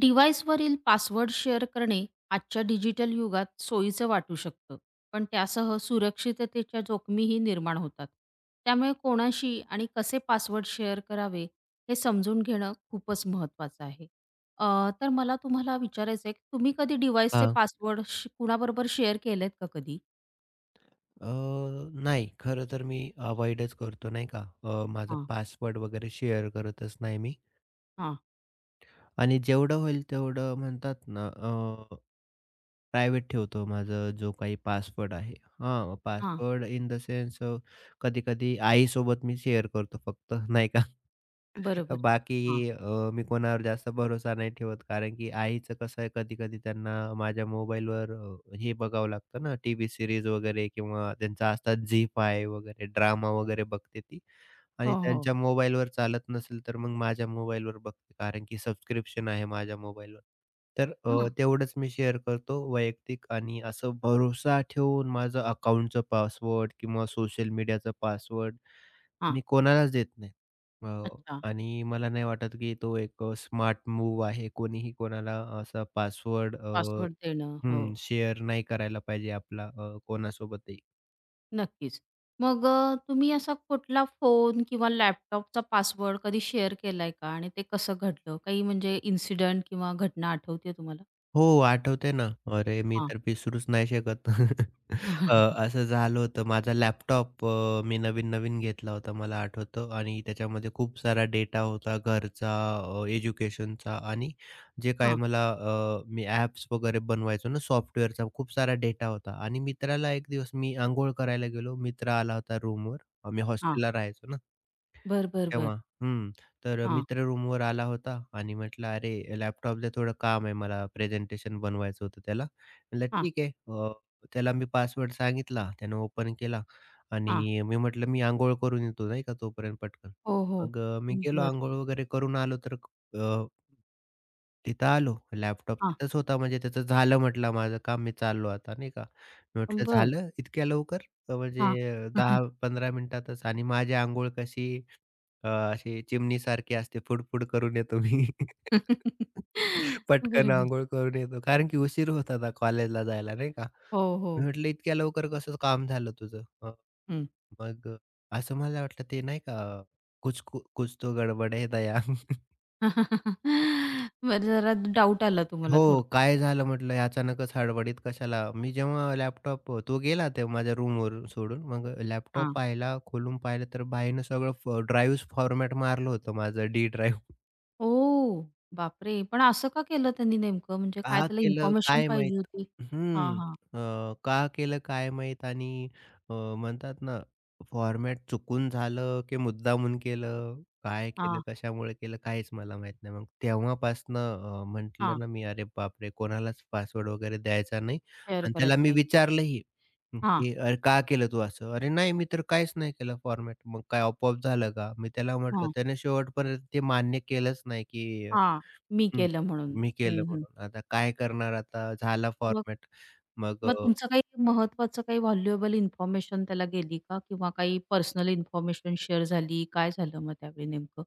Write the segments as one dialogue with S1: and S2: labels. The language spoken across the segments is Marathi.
S1: डिव्हाइसवरील पासवर्ड शेअर करणे आजच्या डिजिटल युगात सोयीचं वाटू शकतं, पण त्यासह सुरक्षिततेच्या जोखमीही निर्माण होतात. त्यामुळे कोणाशी आणि कसे पासवर्ड शेअर करावे हे समजून घेणं खूपच महत्त्वाचं आहे. तर मला तुम्हाला विचारायचं आहे की तुम्ही कधी डिव्हाइसचे
S2: हां.
S1: पासवर्ड कुणाबरोबर शेअर केलेत का कधी?
S2: अ, नाही. खरं तर मी अव्हॉइडच करतो नाही का. माझा
S1: हां.
S2: पासवर्ड वगैरे शेअर करतच नाही मी.
S1: हां.
S2: आणि जेवढं होईल तेवढं म्हणतात ना प्रायव्हेट ठेवतो माझं जो काही पासवर्ड आहे. हां,
S1: हां.
S2: पासवर्ड इन द सेन्स कधी-कधी आईसोबत मी शेअर करतो फक्त नाही का.
S1: बरोबर.
S2: बाकी
S1: हां.
S2: मी कोणावर जास्त भरोसा नाही ठेवत कारण की आईचं कसं आहे कधी-कधी त्यांना माझ्या मोबाईलवर हे बघावं लागतं ना टीव्ही सीरीज वगैरे किंवा त्यांचा असतात झी 5 वगैरे ड्रामा वगैरे बघते ती.
S1: हो,
S2: आणि
S1: हो.
S2: त्यांच्या मोबाईलवर चालत नसेल, तर मग माझ्या मोबाईलवर बघते. कारण की सबस्क्रिप्शन आहे माझ्या मोबाईलवर. तर
S1: हां.
S2: तेवढंच मी शेअर करतो वैयक्तिक आणि असं भरोसा ठेवून माझं अकाउंटचं पासवर्ड किंवा सोशल मीडियाचा पासवर्ड
S1: हां.
S2: मी कोणालाच देत नाही. अ,
S1: अच्छा.
S2: आणि मला नाही वाटत की तो एक स्मार्ट मूव्ह आहे. कोणीही कोणाला असा पासवर्ड
S1: पासवर्ड देणं, हो.
S2: शेअर नाही करायला पाहिजे आपला कोणासोबतही.
S1: नक्कीच. मग तुम्ही असा कुठला फोन किंवा लॅपटॉपचा पासवर्ड कधी शेअर केलाय का? आणि ते कसं घडलं? काही म्हणजे इन्सिडेंट किंवा घटना आठवते तुम्हाला?
S2: हो, आठवतंय ना. अरे, मी
S1: हां.
S2: तर विसरूच नाही शकत. असं झालं होतं माझा लॅपटॉप मी नवीन-नवीन घेतला होता मला आठवतं आणि त्याच्यामध्ये खूप सारा डेटा होता घरचा, एज्युकेशनचा आणि जे काही
S1: हां,
S2: मला मी ॲप्स वगैरे बनवायचो ना सॉफ्टवेअरचा खूप सारा डेटा होता आणि मित्राला एक दिवस मी अंघोळ करायला गेलो. मित्र आला होता रूमवर. आम्ही
S1: हां.
S2: हॉस्टेलला राहायचो ना.
S1: बरं, बरं, बरं.
S2: तेव्हा हं. तर
S1: हां,
S2: मित्र रूमवर आला होता आणि म्हटलं, "अरे, लॅपटॉपचं थोडं काम आहे मला, प्रेझेंटेशन बनवायचं होतं त्याला." म्हटलं,
S1: हां,
S2: "ठीक आहे." त्याला मी पासवर्ड सांगितला. त्यानं ओपन केला आणि
S1: हां.
S2: मी म्हटलं, "मी अंघोळ करून येतो नाही का तोपर्यंत पटकन."
S1: हो, हो.
S2: मग मी गेलो
S1: बरं.
S2: अंघोळ वगैरे करून आलो तर तिथं आलो. लॅपटॉप
S1: हां.
S2: तिथंच होता म्हणजे त्याचं झालं म्हटलं माझं काम, मी चाललो आता नाही का. मी म्हटलं
S1: बरं.
S2: झालं इतक्या लवकर?
S1: हां.
S2: म्हणजे 10-15 मिनिटातच आणि माझी अंघोळ कशी अशी चिमणीसारखी असते, फुडफुड करून येतो मी. पटकन
S1: बरोबर.
S2: अंघोळ करून येतो. कारण की उशीर होत होता कॉलेजला जायला नाही का.
S1: हो,
S2: मी
S1: हो.
S2: म्हटलं इतक्या लवकर कसं काम झालं तुझं?
S1: हं.
S2: मग असं मला वाटलं ते नाही का, कुछ कुछ तो गडबड है दया.
S1: बरं, जरा डाउट आला तुम्हाला
S2: हो,
S1: थोडक्यात.
S2: काय झालं म्हटलं अचानकच हडबडीत कशाला? मी जेव्हा लॅपटॉप तो गेला तेव्हा माझ्या रूमवर सोडून. मग लॅपटॉप पाहिला, खोलून पाहिलं तर बाईनं सगळं ड्राईव्हज फॉर्मॅट मारलं होतं माझं डी ड्राईव्ह.
S1: ओह! बापरे! पण असं का केलं त्यांनी नेमकं? म्हणजे काय
S2: का
S1: त्याला
S2: केलं
S1: इन्फॉर्मेशन
S2: काय माहीत?
S1: पाहिजे होती? हां,
S2: हं.
S1: हां,
S2: का केलं काय माहीत आणि म्हणतात ना फॉर्मॅट चुकून झालं की मुद्दामून केलं, काय केलं,
S1: हां,
S2: कशामुळे केलं काहीच मला माहीत नाही. मग तेव्हापासनं म्हटलं
S1: हां.
S2: ना मी "अरे बापरे! कोणालाच पासवर्ड वगैरे द्यायचा नाही."
S1: शेअर
S2: आणि त्याला
S1: करायचं
S2: मी
S1: नाही.
S2: विचारलंही,
S1: हां,
S2: की "अरे का केलं तू असं?" "अरे नाही मी तर काहीच नाही केलं फॉर्मॅट." "मग काय आपोआप झालं का?" मी त्याला म्हटलं.
S1: हां,
S2: त्याने शेवटपर्यंत ते मान्य केलंच नाही की
S1: हां. मी
S2: हं.
S1: केलं म्हणून.
S2: मी केलं
S1: हं, हं.
S2: म्हणून. आता काय करणार आता झाला
S1: मग.
S2: फॉर्मॅट. मग
S1: मग तुमचं काही महत्वाचं काही व्हॅल्युएबल इन्फॉर्मेशन त्याला गेली का? किंवा काही पर्सनल इन्फॉर्मेशन शेअर झाली? काय झालं मग त्यावेळी नेमकं?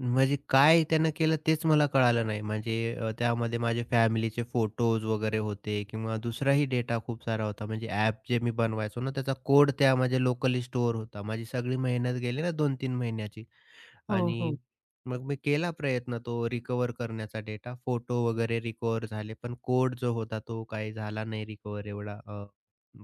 S2: म्हणजे काय त्यानं केलं तेच मला कळालं नाही. म्हणजे त्यामध्ये माझे फॅमिलीचे फोटोज वगैरे होते किंवा दुसराही डेटा खूप सारा होता. म्हणजे ॲप जे मी बनवायचो ना त्याचा कोड त्यामध्ये लोकली स्टोअर होता. माझी सगळी मेहनत गेली ना 2-3 महिन्याची.
S1: हो, हो.
S2: आणि मग मी केला प्रयत्न तो रिकव्हर करण्याचा डेटा. फोटो वगैरे रिकव्हर झाले, पण कोड जो होता तो काही झाला नाही रिकव्हर एवढा.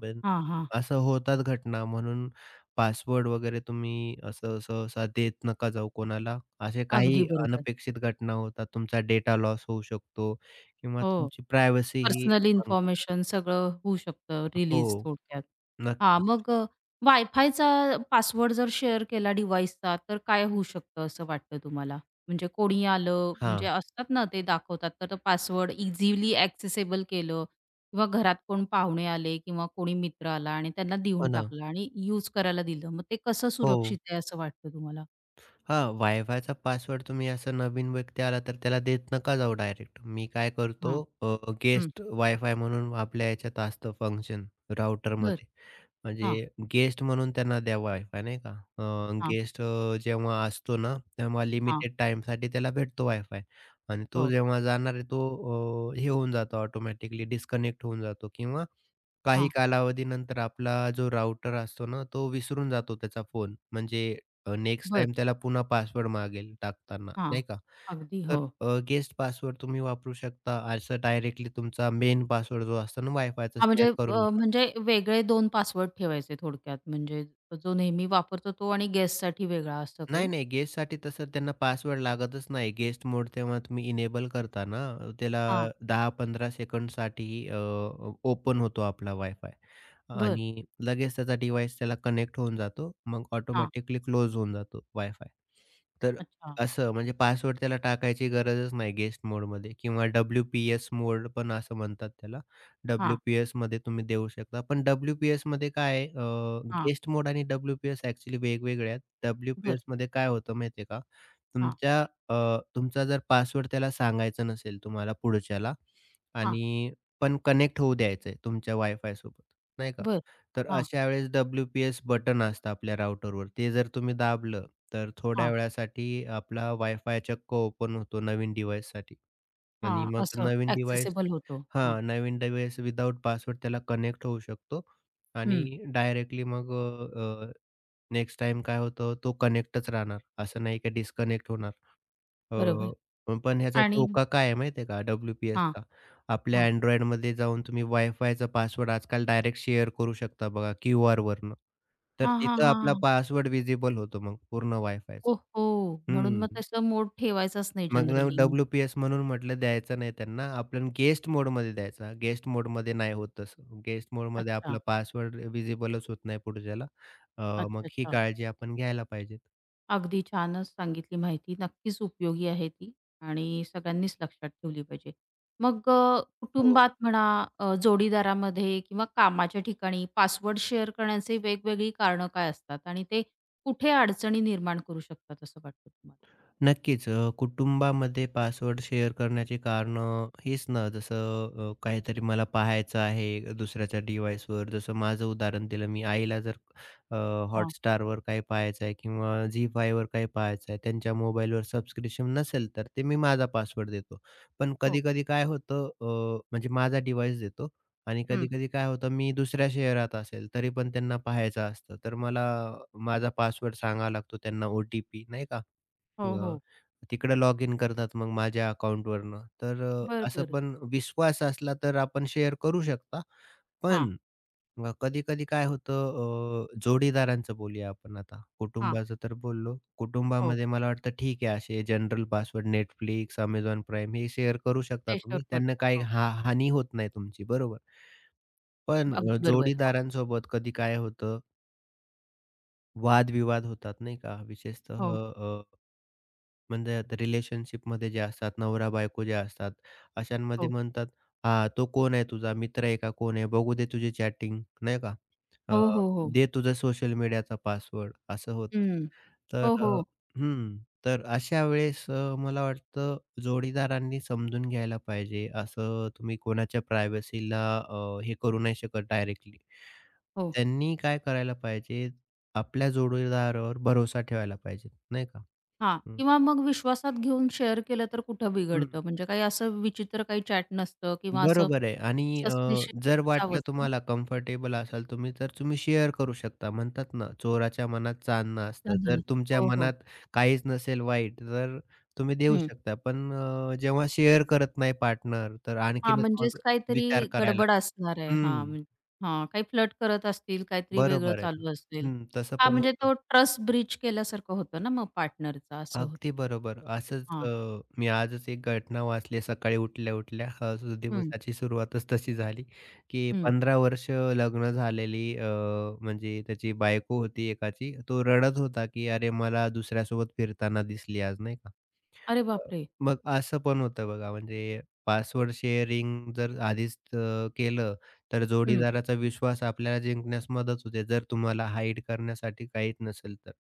S2: पण
S1: हां, हां.
S2: असं होतात घटना म्हणून पासवर्ड वगैरे तुम्ही असं सहसा देत नका जाऊ कोणाला. असे
S1: अगदी
S2: काही
S1: बरोबर.
S2: अनपेक्षित घटना होतात. तुमचा डेटा लॉस होऊ शकतो किंवा
S1: हो.
S2: तुमची प्रायव्हसी ही
S1: पर्सनल
S2: भंग
S1: इन्फॉर्मेशन सगळं होऊ शकतं
S2: हो,
S1: रिलीज थोडक्यात. हां,
S2: नक्कीच.
S1: मग वायफायचा पासवर्ड जर शेअर केला डिव्हाइसचा, तर काय होऊ शकतं असं वाटतं तुम्हाला? म्हणजे कोणी आलं, म्हणजे
S2: हां,
S1: असतात ना ते दाखवतात, तर पासवर्ड इझिली ॲक्सेसेबल केलं किंवा घरात कोण पाहुणे आले किंवा कोणी मित्र आला आणि त्यांना
S2: हो
S1: देऊन
S2: ना.
S1: टाकला आणि यूज करायला दिलं. मग ते कसं
S2: हो.
S1: सुरक्षित आहे असं वाटतं तुम्हाला?
S2: हां, पासवर्ड तुम्ही असं नवीन व्यक्ती आला तर त्याला देत नका जाऊ डायरेक्ट. मी काय करतो
S1: हां, हं,
S2: गेस्ट वाय-फाय म्हणून आपल्या ह्याच्यात असतं फंक्शन
S1: बरं.
S2: राउटरमध्ये.
S1: हां,
S2: म्हणजे गेस्ट म्हणून त्यांना द्यावा वायफाय नाही का? अ,
S1: हां,
S2: गेस्ट जेव्हा असतो ना, तेव्हा
S1: हां.
S2: लिमिटेड टाईमसाठी त्याला भेटतो वायफाय आणि तो
S1: हो,
S2: जेव्हा जाणार आहे तो हे होऊन जातो ऑटोमॅटिकली डिस्कनेक्ट होऊन जातो किंवा काही
S1: हां,
S2: कालावधीनंतर आपला जो राउटर असतो ना, तो विसरून जातो त्याचा फोन. म्हणजे नेक्स्ट
S1: बरं.
S2: टाईम त्याला पुन्हा पासवर्ड मागेल टाकताना,
S1: हां,
S2: नाही का?
S1: अगदी हो.
S2: तर गेस्ट पासवर्ड तुम्ही वापरू शकता. असं डायरेक्टली तुमचा मेन पासवर्ड जो असतो ना वायफायचा
S1: हां, म्हणजे
S2: शेअर करू नका.
S1: म्हणजे वेगळे 2 पासवर्ड ठेवायचे थोडक्यात. म्हणजे जो नेहमी वापरतो तो आणि गेस्टसाठी वेगळा असं
S2: नाही,
S1: काही?
S2: नाही. गेस्टसाठी तसं त्यांना पासवर्ड लागतच नाही. गेस्ट मोड तेव्हा तुम्ही इनेबल करता ना, त्याला
S1: हां,
S2: 10-15 सेकंडसाठी ओपन होतो आपला वायफाय
S1: बरं.
S2: आणि लगेच त्याचा डिव्हाइस त्याला कनेक्ट होऊन जातो. मग
S1: हां,
S2: ऑटोमॅटिकली क्लोज होऊन जातो वायफाय. तर
S1: अच्छा.
S2: असं म्हणजे पासवर्ड त्याला टाकायची गरजच नाही गेस्ट मोडमध्ये किंवा डब्ल्यू-पी-एस मोड पण असं म्हणतात त्याला.
S1: हां,
S2: डब्ल्यू-पी-एसमध्ये तुम्ही देऊ शकता. पण डब्ल्यू-पी-एसमध्ये काय आहे
S1: हां,
S2: गेस्ट मोड आणि डब्ल्यू-पी-एस ॲक्चुअली वेगवेगळे आहेत.
S1: बरं.
S2: डब्ल्यू-पी-एसमध्ये काय होतं माहिती आहे का?
S1: हां,
S2: तुमच्या तुमचा जर पासवर्ड त्याला सांगायचा नसेल तुम्हाला पुढच्याला
S1: हां,
S2: आणि पण कनेक्ट होऊ द्यायचं आहे तुमच्या वायफायसोबत, नाही का?
S1: बरं.
S2: तर
S1: हां,
S2: अशा वेळेस डब्ल्यू बटन असतं आपल्या राउटरवर. ते जर तुम्ही दाबलं, तर थोड्या
S1: हां,
S2: वेळासाठी आपला वायफाय चक्क ओपन होतो नवीन डिव्हाइससाठी आणि
S1: हां.
S2: मग
S1: असं
S2: नवीन डिव्हाइस
S1: ॲक्सेसिबल होतो. हां,
S2: हां, नवीन डिव्हाइस विदाउट पासवर्ड त्याला कनेक्ट होऊ शकतो आणि
S1: हं,
S2: डायरेक्टली मग नेक्स्ट टाइम काय होतं तो कनेक्टच राहणार. असं नाही की डिस्कनेक्ट होणार.
S1: बरोबर.
S2: अ, पण ह्याचा
S1: आणि
S2: धोका काय आहे माहिती आहे का
S1: हां,
S2: डब्ल्यू-पी-एसचा?
S1: हां,
S2: आपल्या Androidमध्ये जाऊन तुम्ही वायफायचा पासवर्ड आजकाल डायरेक्ट शेअर करू शकता बघा क्यूआरवरनं. तर
S1: हां, हां,
S2: तिथं
S1: हां,
S2: आपला
S1: हां.
S2: पासवर्ड विजिबल होतो मग पूर्ण वायफायचा.
S1: हो! म्हणून मग
S2: हं.
S1: तसं मोड ठेवायचाच नाही
S2: मग ना
S1: जनरली.
S2: डब्ल्यू-पी-एस म्हणून म्हटलं द्यायचं नाही त्यांना. आपण गेस्ट मोडमध्ये द्यायचा. गेस्ट मोडमध्ये नाही होत तसं. गेस्ट मोडमध्ये
S1: अच्छा,
S2: आपला पासवर्ड विजिबलच होत नाही पुढच्याला.
S1: अच्छा,
S2: मग ही
S1: अच्छा.
S2: काळजी आपण घ्यायला पाहिजे.
S1: अगदी छानच सांगितली माहिती. नक्कीच उपयोगी आहे ती आणि सगळ्यांनीच लक्षात ठेवली पाहिजे. मग
S2: हो.
S1: कुटुंबात म्हणा, जोडीदारामध्ये किंवा कामाच्या ठिकाणी पासवर्ड शेअर करण्याचे वेगवेगळी कारणं काय असतात आणि ते कुठे अडचणी निर्माण करू शकतात असं वाटतं तुम्हाला?
S2: नक्कीच. कुटुंबामध्ये पासवर्ड शेअर करण्याची कारणं हेच ना, जसं काहीतरी मला पाहायचं आहे दुसऱ्याच्या डिव्हाइसवर. जसं माझं उदाहरण दिलं मी. आईला जर अ,
S1: हां.
S2: Hotstarवर काही पाहायचं आहे किंवा झी5वर काही पाहायचं आहे, त्यांच्या मोबाईलवर सबस्क्रिप्शन नसेल, तर ते मी माझा पासवर्ड देतो. पण
S1: हो.
S2: कधी-कधी काय होतं म्हणजे माझा डिव्हाइस देतो आणि
S1: हं.
S2: कधी-कधी काय होतं, मी दुसऱ्या शहरात असेल, तरी पण त्यांना पाहायचं असतं. तर मला माझा पासवर्ड सांगावा लागतो त्यांना ओ-टी-पी नाही का?
S1: हो,
S2: अ,
S1: हो.
S2: तिकडं लॉग इन करतात मग माझ्या अकाउंटवरनं. तर
S1: बरं,
S2: असं
S1: बरं.
S2: पण विश्वास असला तर आपण शेअर करू शकता.
S1: हां.
S2: पण कधी-कधी काय होतं जोडीदारांचं बोलूया आपण आता.
S1: हां.
S2: कुटुंबाचं तर बोललो.
S1: हो.
S2: कुटुंबामध्ये मला वाटतं ठीक आहे असे general password Netflix, Amazon Prime हे शेअर करू शकता
S1: ते शेअर
S2: तुम्ही. त्यांना
S1: करता.
S2: काही
S1: हो.
S2: हा हानी होत नाही तुमची, बरोबर. पण
S1: अगदी बरोबर. हो.
S2: जोडीदारांसोबत कधी काय होतं वादविवाद होतात नाही का विशेषतः
S1: हो,
S2: अ, म्हणजे आता रिलेशनशिपमध्ये जे असतात, नवरा-बायको जे असतात, अशांमध्ये
S1: हो.
S2: म्हणतात, "हां, तो कोण आहे तुझा? मित्र आहे का? कोण आहे? बघू दे तुझी चॅटिंग." नाही का? अ,
S1: हो, हो, हो.
S2: "दे तुझा सोशल मीडियाचा पासवर्ड." असं होतं.
S1: हं.
S2: तर
S1: हो,
S2: अ,
S1: हो.
S2: हं. तर अशा वेळेस मला वाटतं जोडीदारांनी समजून घ्यायला पाहिजे. असं तुम्ही कोणाच्या प्रायव्हसीला हे करू नाही शकत डायरेक्टली.
S1: हो.
S2: त्यांनी काय करायला पाहिजे, आपल्या जोडीदारावर भरोसा ठेवायला पाहिजे, नाही का?
S1: हां. किंवा मग विश्वासात घेऊन शेअर केलं तर कुठं
S2: हं.
S1: बिघडतं? म्हणजे काही असं विचित्र काही चॅट नसतं किंवा असं
S2: बरोबर आहे आणि
S1: सस्पिशियस
S2: जर वाटलं
S1: नसावंच ना
S2: तुम्हाला कम्फर्टेबल असाल तुम्ही, तर तुम्ही शेअर करू शकता. म्हणतात ना, चोराच्या मनात चांदणं
S1: त्या
S2: असतं. जर
S1: जणात.
S2: तुमच्या
S1: हो, हो.
S2: मनात काहीच नसेल वाईट, तर तुम्ही देऊ
S1: हं.
S2: शकता. पण जेव्हा शेअर करत नाही पार्टनर, तर
S1: हां,
S2: आणखीनच
S1: म्हणजेच
S2: मग
S1: काहीतरी
S2: विचार करायला
S1: गडबड असणार आहे. हां,
S2: हं,
S1: हां, काही फ्लर्ट करत असतील, काहीतरी वेगळं
S2: बरोबर आहे ना.
S1: चालू असेल.
S2: हं, तसं
S1: हां,
S2: पण
S1: म्हणजे
S2: होतं.
S1: तो ट्रस्ट ब्रीच केल्यासारखं होतं ना मग पार्टनरचा, असं होतं
S2: अगदी
S1: ते.
S2: बरोबर. असंच
S1: हां.
S2: मी आजच एक घटना वाचली सकाळी उठल्या-उठल्या.
S1: हं,
S2: दिवसाची सुरुवातच तशी झाली, की
S1: हं.
S2: 15 वर्ष लग्न झालेली म्हणजे त्याची बायको होती एकाची. तो रडत होता, की "अरे, मला दुसऱ्यासोबत फिरताना दिसली आज," नाही का.
S1: अरे
S2: अ,
S1: बापरे!
S2: मग असं पण होतं बघा, म्हणजे पासवर्ड शेअरिंग जर आधीच केलं, तर
S1: हं.
S2: जोडीदाराचा विश्वास आपल्याला जिंकण्यास मदत होते, जर तुम्हाला हाईड करण्यासाठी काहीच नसेल तर.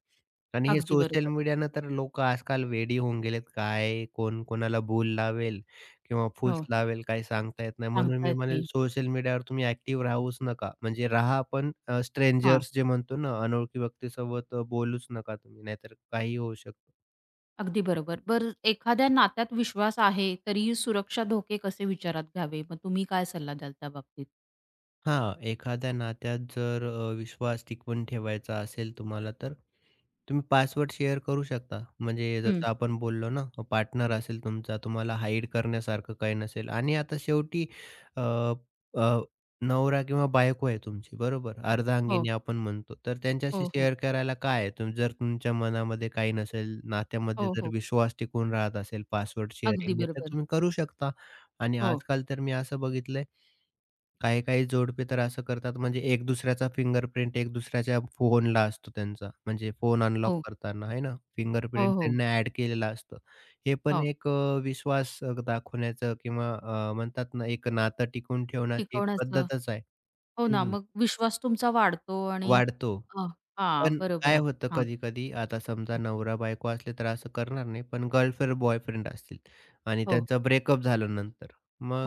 S2: आणि हे
S1: अगदी
S2: सोशल
S1: बरोबर.
S2: मीडियानं तर लोकं आजकाल वेडी होऊन गेलेत. काय, कोण कोणाला भूल लावेल किंवा फूस
S1: हो,
S2: लावेल, काही सांगता येत नाही. म्हणून
S1: सांगता
S2: मी
S1: येत
S2: म्हणेल
S1: नाही.
S2: सोशल मीडियावर तुम्ही ॲक्टिव्ह राहूच नका. म्हणजे राहा पण
S1: हां.
S2: स्ट्रेंजर्स जे म्हणतो ना, अनोळखी व्यक्तीसोबत बोलूच नका तुम्ही, नाहीतर काहीही होऊ शकतं.
S1: अगदी बरोबर. बरं, एखाद्या नात्यात विश्वास आहे, तरी सुरक्षा धोके कसे विचारात घ्यावे? मग तुम्ही काय सल्ला द्याल त्या बाबतीत?
S2: हां, एखाद्या नात्यात जर विश्वास टिकवून ठेवायचा असेल तुम्हाला, तर तुम्ही पासवर्ड शेअर करू शकता. म्हणजे
S1: हं.
S2: जसं आपण बोललो ना, पार्टनर असेल तुमचा, तुम्हाला हाईड करण्यासारखं काही नसेल. आणि आता शेवटी अ, अ, नवरा किंवा बायको आहे तुमची, बरोबर?
S1: हो,
S2: अर्धांगिनी आपण म्हणतो. तर त्यांच्याशी
S1: हो, हो,
S2: शेअर करायला काय आहे? जर तुमच्या मनामध्ये काही नसेल, नात्यामध्ये
S1: हो,
S2: जर
S1: हो.
S2: विश्वास टिकून राहत असेल पासवर्ड
S1: अगदी
S2: शेअरिंगने, तर
S1: बरोबर.
S2: तुम्ही करू शकता. आणि
S1: हो,
S2: आजकाल तर मी असं बघितलंय काही काही जोडपे तर असं करतात म्हणजे एक दुसऱ्याचा फिंगरप्रिंट एक दुसऱ्याच्या फोनला असतो त्यांचा. म्हणजे फोन अनलॉक
S1: हो,
S2: करताना आहे ना,
S1: हो,
S2: फिंगरप्रिंट
S1: हो,
S2: त्यांनी ॲड केलेला असतो. हे पण
S1: हो.
S2: एक विश्वास दाखवण्याचं किंवा म्हणतात ना एक नातं टिकवून ठेवण्याची एक
S1: शिकवण्याचं.
S2: पद्धतच आहे.
S1: हो ना,
S2: हं,
S1: मग विश्वास तुमचा वाढतो आणि
S2: वाढतो.
S1: अ, हां,
S2: पण
S1: बरोबर
S2: काय
S1: आहे.
S2: होतं
S1: हां.
S2: कधी-कधी आता समजा नवरा-बायको असले तर असं करणार नाही, पण गर्लफ्रेंड, बॉयफ्रेंड असतील आणि
S1: हो,
S2: त्यांचं ब्रेकअप झालं नंतर.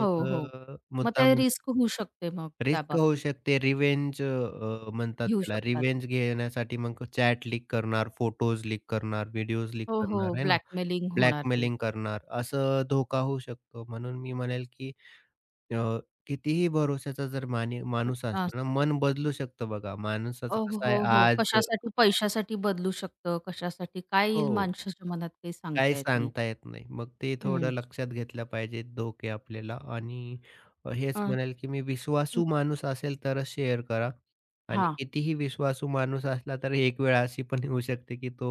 S1: हो, हो. मग ते
S2: मुद्दामून
S1: रिस्क होऊ शकते मग त्या
S2: रिस्क होऊ
S1: बाबतीत.
S2: शकते. रिव्हेंज म्हणतात
S1: घेऊ
S2: त्याला.
S1: शकतात.
S2: रिव्हेंज घेण्यासाठी मग चॅट लीक करणार, फोटोज लीक करणार, व्हिडिओज लीक
S1: हो, हो,
S2: करणार, आहे ना?
S1: ब्लॅकमेलिंग होणार ते.
S2: ब्लॅकमेलिंग करणार, असं धोका होऊ शकतो. म्हणून मी म्हणेल की अ, कितीही भरोश्याचा जर मानी माणूस असला ना, मन बदलू शकतं बघा. माणसाचं
S1: हो,
S2: कसं
S1: हो,
S2: आहे
S1: हो.
S2: आज
S1: कशासाठी पैशासाठी बदलू शकतं, कशासाठी काय येईल
S2: हो.
S1: माणसाच्या मनात काही
S2: काही
S1: सांगता येत नाही.
S2: सांगता येत नाही. मग ते थोडं
S1: हं.
S2: लक्षात घेतलं पाहिजे धोके आपल्याला आणि हेच
S1: अ,
S2: म्हणेल, की मी
S1: हं.
S2: विश्वासू माणूस असेल तरच शेअर करा आणि
S1: हां.
S2: कितीही विश्वासू माणूस असला तर एक वेळ अशी पण येऊ शकते, की तो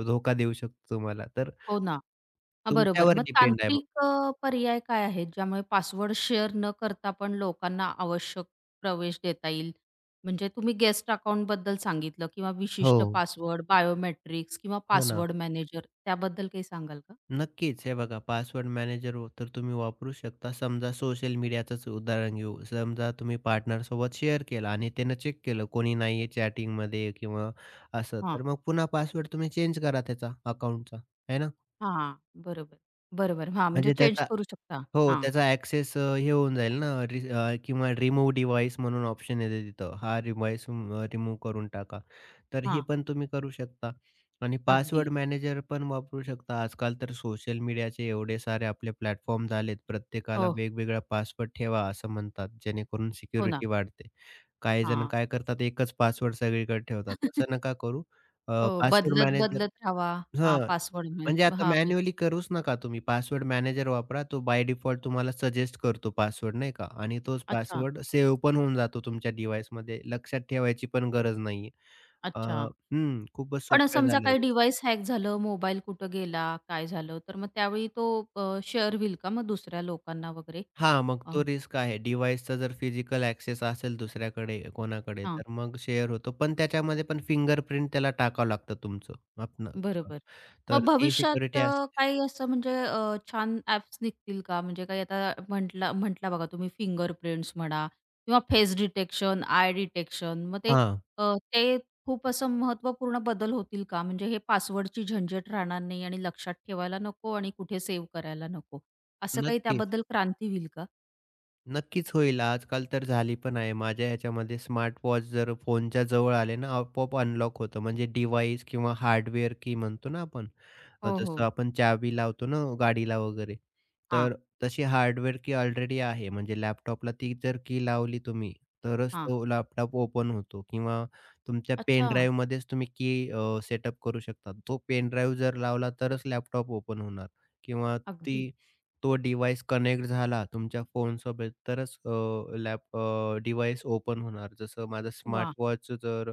S2: धोका देऊ शकतो तुम्हाला. तर
S1: हो ना. हां, बरोबर.
S2: तुमच्यावर
S1: मग
S2: डिपेंड आहे मग.
S1: तांत्रिक पर्याय काय आहेत, ज्यामुळे पासवर्ड शेअर न करता पण लोकांना आवश्यक प्रवेश देता येईल? म्हणजे तुम्ही गेस्ट अकाउंटबद्दल सांगितलं किंवा
S2: हो.
S1: विशिष्ट पासवर्ड, बायोमेट्रिक्स किंवा
S2: हो ना.
S1: पासवर्ड मॅनेजर त्याबद्दल काही सांगाल का?
S2: नक्कीच. हे बघा पासवर्ड मॅनेजर व तर तुम्ही वापरू शकता. समजा सोशल मीडियाचंच उदाहरण घेऊ. समजा तुम्ही पार्टनरसोबत शेअर केला आणि त्यानं चेक केलं कोणी नाही आहे चॅटिंगमध्ये किंवा असं.
S1: हां.
S2: तर मग पुन्हा पासवर्ड तुम्ही चेंज करा त्याचा अकाउंटचा, आहे ना?
S1: हां, बरोबर. बरोबर. हां, म्हणजे
S2: म्हणजे
S1: चेंज
S2: त्याचा
S1: करू शकता.
S2: हो,
S1: हां,
S2: त्याचा ॲक्सेस हे होऊन जाईल ना किंवा रिमूव्ह डिव्हाइस म्हणून ऑप्शन येते तिथं. हा डिव्हाइस रिमूव्ह करून टाका. तर हे
S1: हां.
S2: पण तुम्ही करू शकता आणि
S1: अगदी.
S2: पासवर्ड मॅनेजर पण वापरू शकता. आजकाल तर सोशल मीडियाचे एवढे सारे आपले प्लॅटफॉर्म झालेत. प्रत्येकाला
S1: हो,
S2: वेगवेगळा पासवर्ड ठेवा असं म्हणतात, जेणेकरून
S1: हो ना.
S2: सिक्युरिटी वाढते. काही जण
S1: हां.
S2: काय करतात एकच पासवर्ड सगळीकडे ठेवतात. तसं नका करू.
S1: हो,
S2: अ, पासवर्ड
S1: बदलत,
S2: मॅनेजर
S1: बदलत राहावा. हां,
S2: हां,
S1: पासवर्ड
S2: म्हणजे
S1: म्हणजे
S2: आता
S1: हां,
S2: मॅन्युअली करूच नका तुम्ही. पासवर्ड मॅनेजर वापरा. तो बाय डिफॉल्ट तुम्हाला सजेस्ट करतो पासवर्ड नाही का आणि तोच
S1: अच्छा,
S2: पासवर्ड सेव्ह पण होऊन जातो तुमच्या डिव्हाइसमध्ये. लक्षात ठेवायची पण गरज नाहीये. अ,
S1: अच्छा.
S2: हं, खूपच
S1: पण
S2: सोप्या
S1: समजा
S2: झाल्या
S1: काही
S2: गोष्टी.
S1: डिव्हाइस हॅक झालं, मोबाईल कुठं गेला, काय झालं, तर मग त्यावेळी तो शेअर होईल का मग दुसऱ्या लोकांना वगैरे?
S2: हां, मग
S1: अ,
S2: तो रिस्क आहे. डिव्हाइसचा जर फिजिकल ॲक्सेस असेल दुसऱ्याकडे कोणाकडे,
S1: हां.
S2: तर मग शेअर होतो. पण त्याच्यामध्ये पण फिंगरप्रिंट त्याला टाकावं लागतं तुमचं आपलं.
S1: बरोबर. मग
S2: तर ती
S1: भविष्यात
S2: सिक्युरिटी असते.
S1: काही असं म्हणजे छान ॲप्स निघतील का? म्हणजे काही आता म्हटला म्हटला बघा तुम्ही फिंगरप्रिंट्स म्हणा किंवा फेस डिटेक्शन, आय डिटेक्शन मग ते
S2: हां,
S1: ते खूप असं महत्त्वपूर्ण बदल होतील का? म्हणजे हे पासवर्डची झंझट राहणार नाही आणि लक्षात ठेवायला नको आणि कुठे सेव्ह करायला नको. असं काही
S2: नक्कीच.
S1: त्याबद्दल क्रांती होईल का?
S2: नक्कीच होईल. आजकाल तर झाली पण आहे. माझ्या ह्याच्यामध्ये स्मार्ट वॉच जर फोनच्या जवळ आले ना, आपोआप अनलॉक होतं. म्हणजे डिव्हाइस किंवा हार्डवेअर की म्हणतो ना आपण.
S1: हो,
S2: जसं
S1: हो.
S2: आपण चावी लावतो ना गाडीला वगैरे,
S1: हां,
S2: तर तशी हार्डवेअर की ऑलरेडी आहे. म्हणजे लॅपटॉपला ती जर की लावली तुम्ही, तरच
S1: हां.
S2: तो लॅपटॉप ओपन होतो किंवा तुमच्या पेन
S1: अच्छा.
S2: ड्राईव्हमध्येच तुम्ही की सेटअप करू शकता. तो पेन ड्राईव्ह जर लावला तरच लॅपटॉप ओपन होणार किंवा
S1: अगदी.
S2: ती तो डिव्हाइस कनेक्ट झाला तुमच्या फोनसोबत तरच डिव्हाइस ओपन होणार. जसं माझं
S1: वाह!
S2: स्मार्टवॉच जर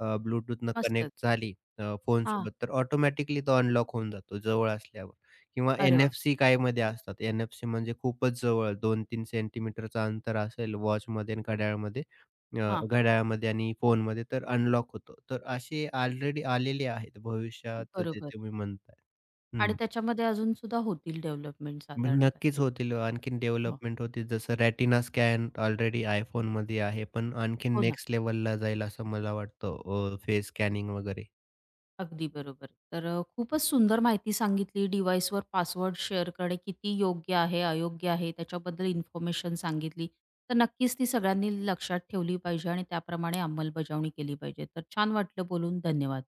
S2: ब्लूटूथनं
S1: मस्तच.
S2: कनेक्ट झाली
S1: हां.
S2: फोनसोबत, तर ऑटोमॅटिकली तो अनलॉक होऊन जातो जवळ असल्यावर किंवा
S1: अरे वाह!
S2: एन-एफ-सी कायमध्ये असतात. एन म्हणजे खूपच जवळ 2-3 सेंटीमीटरचं अंतर असेल वॉचमध्ये आणि घड्याळमध्ये
S1: हां.
S2: घड्याळामध्ये आणि फोनमध्ये तर अनलॉक होतो. तर असे ऑलरेडी आलेले आहेत भविष्यात जे
S1: बरोबर.
S2: तुम्ही म्हणताय.
S1: आणि त्याच्यामध्ये अजून सुद्धा होतील डेव्हलपमेंट
S2: मग
S1: साधारण काही.
S2: नक्कीच होतील. आणखीन
S1: हो.
S2: डेव्हलपमेंट होतील. जसं रेटिना स्कॅन ऑलरेडी iPhoneमध्ये आहे. पण आणखीन
S1: हो ना,
S2: नेक्स्ट लेव्हलला जाईल असं मला वाटतं. फेस स्कॅनिंग वगैरे.
S1: अगदी बरोबर. तर खूपच सुंदर माहिती सांगितली. डिव्हाइसवर पासवर्ड शेअर करणे किती योग्य आहे, अयोग्य आहे, त्याच्याबद्दल इन्फॉर्मेशन सांगितली. तर नक्कीच ती सगळ्यांनी लक्षात ठेवली पाहिजे आणि त्याप्रमाणे अंमलबजावणी केली पाहिजे. तर छान वाटलं बोलून. धन्यवाद.